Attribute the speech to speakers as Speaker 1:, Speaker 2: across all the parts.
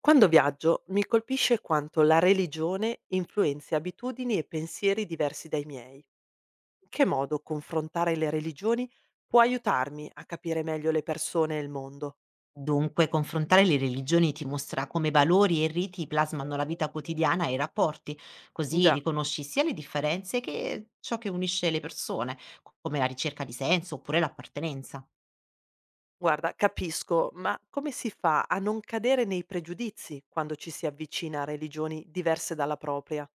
Speaker 1: Quando viaggio mi colpisce quanto la religione influenzi abitudini e pensieri diversi dai miei. In che modo confrontare le religioni può aiutarmi a capire meglio le persone e il mondo?
Speaker 2: Dunque, confrontare le religioni ti mostra come valori e riti plasmano la vita quotidiana e i rapporti, così
Speaker 1: Già,
Speaker 2: riconosci sia le differenze che ciò che unisce le persone, come la ricerca di senso oppure l'appartenenza.
Speaker 1: guarda, capisco, ma come si fa a non cadere nei pregiudizi quando ci si avvicina a religioni diverse dalla propria?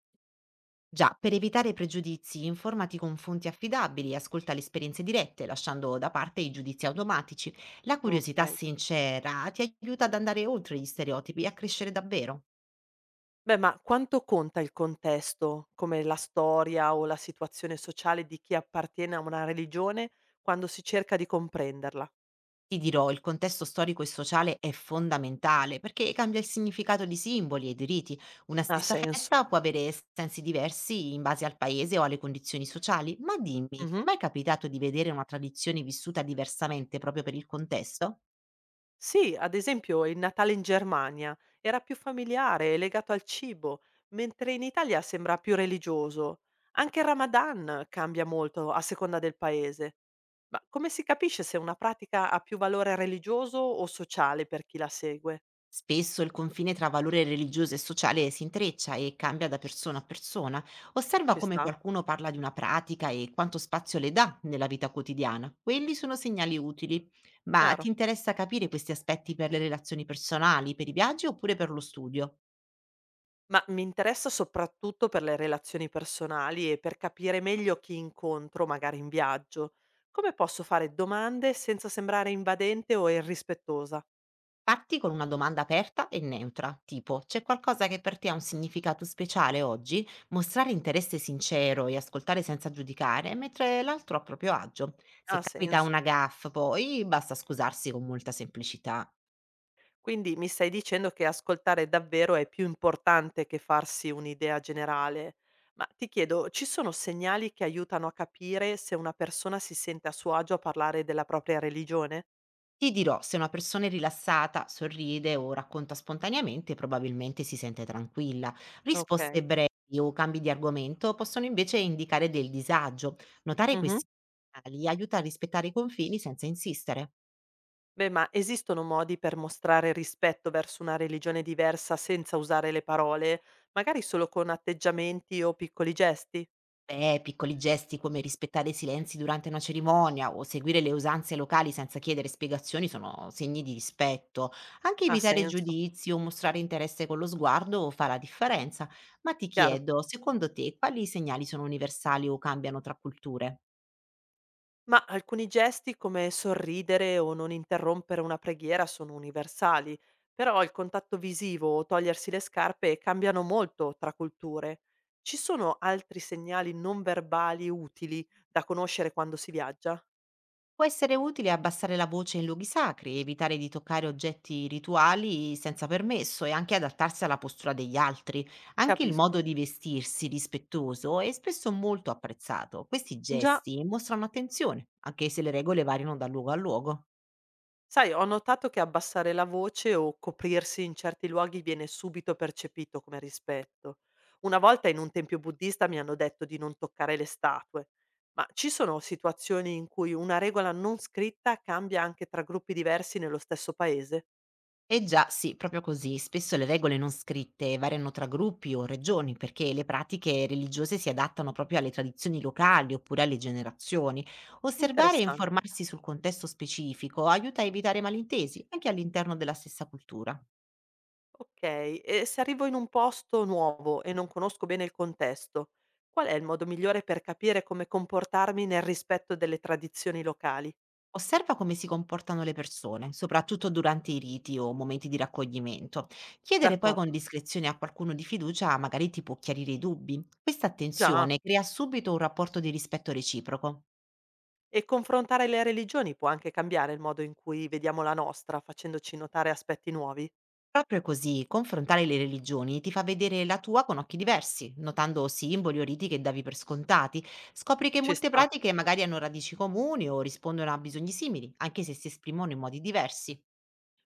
Speaker 2: Già, per evitare pregiudizi, informati con fonti affidabili, ascolta le esperienze dirette, lasciando da parte i giudizi automatici. La curiosità
Speaker 1: Ok.
Speaker 2: sincera ti aiuta ad andare oltre gli stereotipi e a crescere davvero.
Speaker 1: Beh, ma quanto conta il contesto, come la storia o la situazione sociale di chi appartiene a una religione quando si cerca di comprenderla?
Speaker 2: Ti dirò, il contesto storico e sociale è fondamentale perché cambia il significato di simboli e di riti. Una
Speaker 1: Ha
Speaker 2: stessa
Speaker 1: senso.
Speaker 2: festa può avere sensi diversi in base al paese o alle condizioni sociali, ma dimmi, ti è
Speaker 1: Mh-mh.
Speaker 2: mai capitato di vedere una tradizione vissuta diversamente proprio per il contesto?
Speaker 1: Sì, ad esempio il Natale in Germania era più familiare e legato al cibo, mentre in Italia sembra più religioso. Anche il Ramadan cambia molto a seconda del paese. Ma come si capisce se una pratica ha più valore religioso o sociale per chi la segue?
Speaker 2: Spesso il confine tra valore religioso e sociale si intreccia e cambia da persona a persona. Osserva
Speaker 1: Ci
Speaker 2: come
Speaker 1: sta?
Speaker 2: qualcuno parla di una pratica e quanto spazio le dà nella vita quotidiana. Quelli sono segnali utili. Ma ti
Speaker 1: Chiaro.
Speaker 2: interessa capire questi aspetti per le relazioni personali, per i viaggi oppure per lo studio?
Speaker 1: Ma mi interessa soprattutto per le relazioni personali e per capire meglio chi incontro, magari in viaggio. Come posso fare domande senza sembrare invadente o irrispettosa?
Speaker 2: Parti con una domanda aperta e neutra, tipo c'è qualcosa che per te ha un significato speciale oggi? Mostrare interesse sincero e ascoltare senza giudicare, mentre l'altro a proprio agio. Se
Speaker 1: Ha
Speaker 2: capita
Speaker 1: senso.
Speaker 2: una gaffe, poi basta scusarsi con molta semplicità.
Speaker 1: Quindi mi stai dicendo che ascoltare davvero è più importante che farsi un'idea generale. Ma ti chiedo, ci sono segnali che aiutano a capire se una persona si sente a suo agio a parlare della propria religione?
Speaker 2: Ti dirò, se una persona è rilassata, sorride o racconta spontaneamente, probabilmente si sente tranquilla. Risposte
Speaker 1: Okay.
Speaker 2: brevi o cambi di argomento possono invece indicare del disagio. Notare
Speaker 1: Mh-mh.
Speaker 2: questi segnali aiuta a rispettare i confini senza insistere.
Speaker 1: Beh, ma esistono modi per mostrare rispetto verso una religione diversa senza usare le parole, magari solo con atteggiamenti o piccoli gesti?
Speaker 2: Beh, piccoli gesti come rispettare i silenzi durante una cerimonia o seguire le usanze locali senza chiedere spiegazioni sono segni di rispetto. Anche
Speaker 1: Ha
Speaker 2: evitare
Speaker 1: senso,
Speaker 2: giudizi o mostrare interesse con lo sguardo fa la differenza. Ma ti
Speaker 1: chiaro.
Speaker 2: chiedo, secondo te, quali segnali sono universali o cambiano tra culture?
Speaker 1: Ma alcuni gesti come sorridere o non interrompere una preghiera sono universali, però il contatto visivo o togliersi le scarpe cambiano molto tra culture. Ci sono altri segnali non verbali utili da conoscere quando si viaggia?
Speaker 2: Può essere utile abbassare la voce in luoghi sacri, evitare di toccare oggetti rituali senza permesso e anche adattarsi alla postura degli altri. Anche il modo
Speaker 1: Capisco.
Speaker 2: di vestirsi rispettoso è spesso molto apprezzato. Questi
Speaker 1: Già,
Speaker 2: gesti mostrano attenzione, anche se le regole variano da luogo a luogo.
Speaker 1: sai, ho notato che abbassare la voce o coprirsi in certi luoghi viene subito percepito come rispetto. Una volta in un tempio buddista mi hanno detto di non toccare le statue, ma ci sono situazioni in cui una regola non scritta cambia anche tra gruppi diversi nello stesso paese?
Speaker 2: Eh già, sì, proprio così. Spesso le regole non scritte variano tra gruppi o regioni perché le pratiche religiose si adattano proprio alle tradizioni locali oppure alle generazioni. Osservare e
Speaker 1: Interessante.
Speaker 2: informarsi sul contesto specifico aiuta a evitare malintesi anche all'interno della stessa cultura.
Speaker 1: Ok, e se arrivo in un posto nuovo e non conosco bene il contesto, qual è il modo migliore per capire come comportarmi nel rispetto delle tradizioni locali?
Speaker 2: Osserva come si comportano le persone, soprattutto durante i riti o momenti di raccoglimento. Chiedere poi con
Speaker 1: D'accordo.
Speaker 2: discrezione a qualcuno di fiducia magari ti può chiarire i dubbi. Questa
Speaker 1: Già.
Speaker 2: attenzione crea subito un rapporto di rispetto reciproco.
Speaker 1: E confrontare le religioni può anche cambiare il modo in cui vediamo la nostra, facendoci notare aspetti nuovi?
Speaker 2: Proprio così, confrontare le religioni ti fa vedere la tua con occhi diversi, notando simboli o riti che davi per scontati. Scopri che
Speaker 1: Ci
Speaker 2: molte
Speaker 1: sta.
Speaker 2: pratiche magari hanno radici comuni o rispondono a bisogni simili, anche se si esprimono in modi diversi.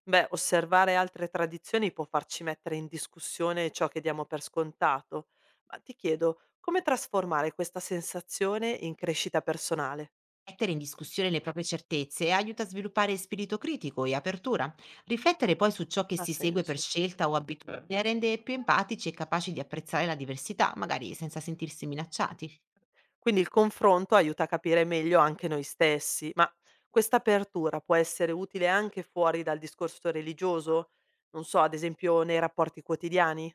Speaker 1: Beh, osservare altre tradizioni può farci mettere in discussione ciò che diamo per scontato. Ma ti chiedo, come trasformare questa sensazione in crescita personale?
Speaker 2: Mettere in discussione le proprie certezze aiuta a sviluppare spirito critico e apertura. Riflettere poi su ciò che
Speaker 1: Ha
Speaker 2: si segue per
Speaker 1: senso, sì.
Speaker 2: scelta o abitudine rende più empatici e capaci di apprezzare la diversità, magari senza sentirsi minacciati.
Speaker 1: Quindi il confronto aiuta a capire meglio anche noi stessi, ma questa apertura può essere utile anche fuori dal discorso religioso? Non so, ad esempio nei rapporti quotidiani?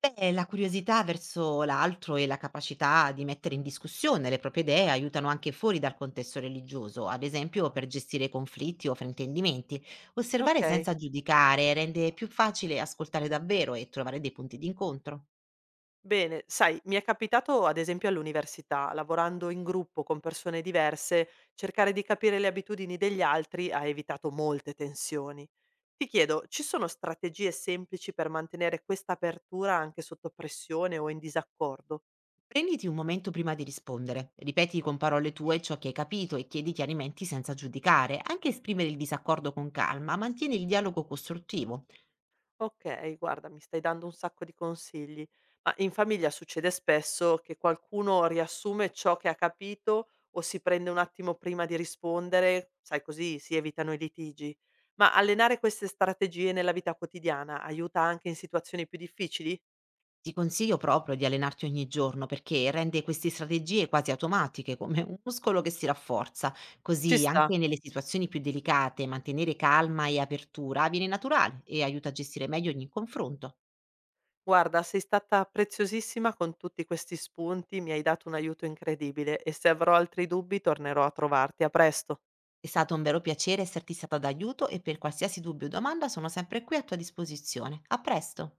Speaker 2: Beh, la curiosità verso l'altro e la capacità di mettere in discussione le proprie idee aiutano anche fuori dal contesto religioso, ad esempio per gestire conflitti o fraintendimenti. Osservare
Speaker 1: Ok.
Speaker 2: senza giudicare rende più facile ascoltare davvero e trovare dei punti d'incontro.
Speaker 1: Bene, sai, mi è capitato ad esempio all'università, lavorando in gruppo con persone diverse, cercare di capire le abitudini degli altri ha evitato molte tensioni. Ti chiedo, ci sono strategie semplici per mantenere questa apertura anche sotto pressione o in disaccordo?
Speaker 2: Prenditi un momento prima di rispondere, ripeti con parole tue ciò che hai capito e chiedi chiarimenti senza giudicare, anche esprimere il disaccordo con calma, mantieni il dialogo costruttivo.
Speaker 1: Okay, guarda, mi stai dando un sacco di consigli. Ma in famiglia succede spesso che qualcuno riassume ciò che ha capito o si prende un attimo prima di rispondere, sai, così si evitano i litigi. Ma allenare queste strategie nella vita quotidiana aiuta anche in situazioni più difficili?
Speaker 2: Ti consiglio proprio di allenarti ogni giorno perché rende queste strategie quasi automatiche, come un muscolo che si rafforza.
Speaker 1: Ci
Speaker 2: Così
Speaker 1: sta.
Speaker 2: anche nelle situazioni più delicate mantenere calma e apertura viene naturale e aiuta a gestire meglio ogni confronto.
Speaker 1: Guarda, sei stata preziosissima con tutti questi spunti, mi hai dato un aiuto incredibile e se avrò altri dubbi tornerò a trovarti. A presto.
Speaker 2: È stato un vero piacere esserti stata d'aiuto e per qualsiasi dubbio o domanda sono sempre qui a tua disposizione. A presto!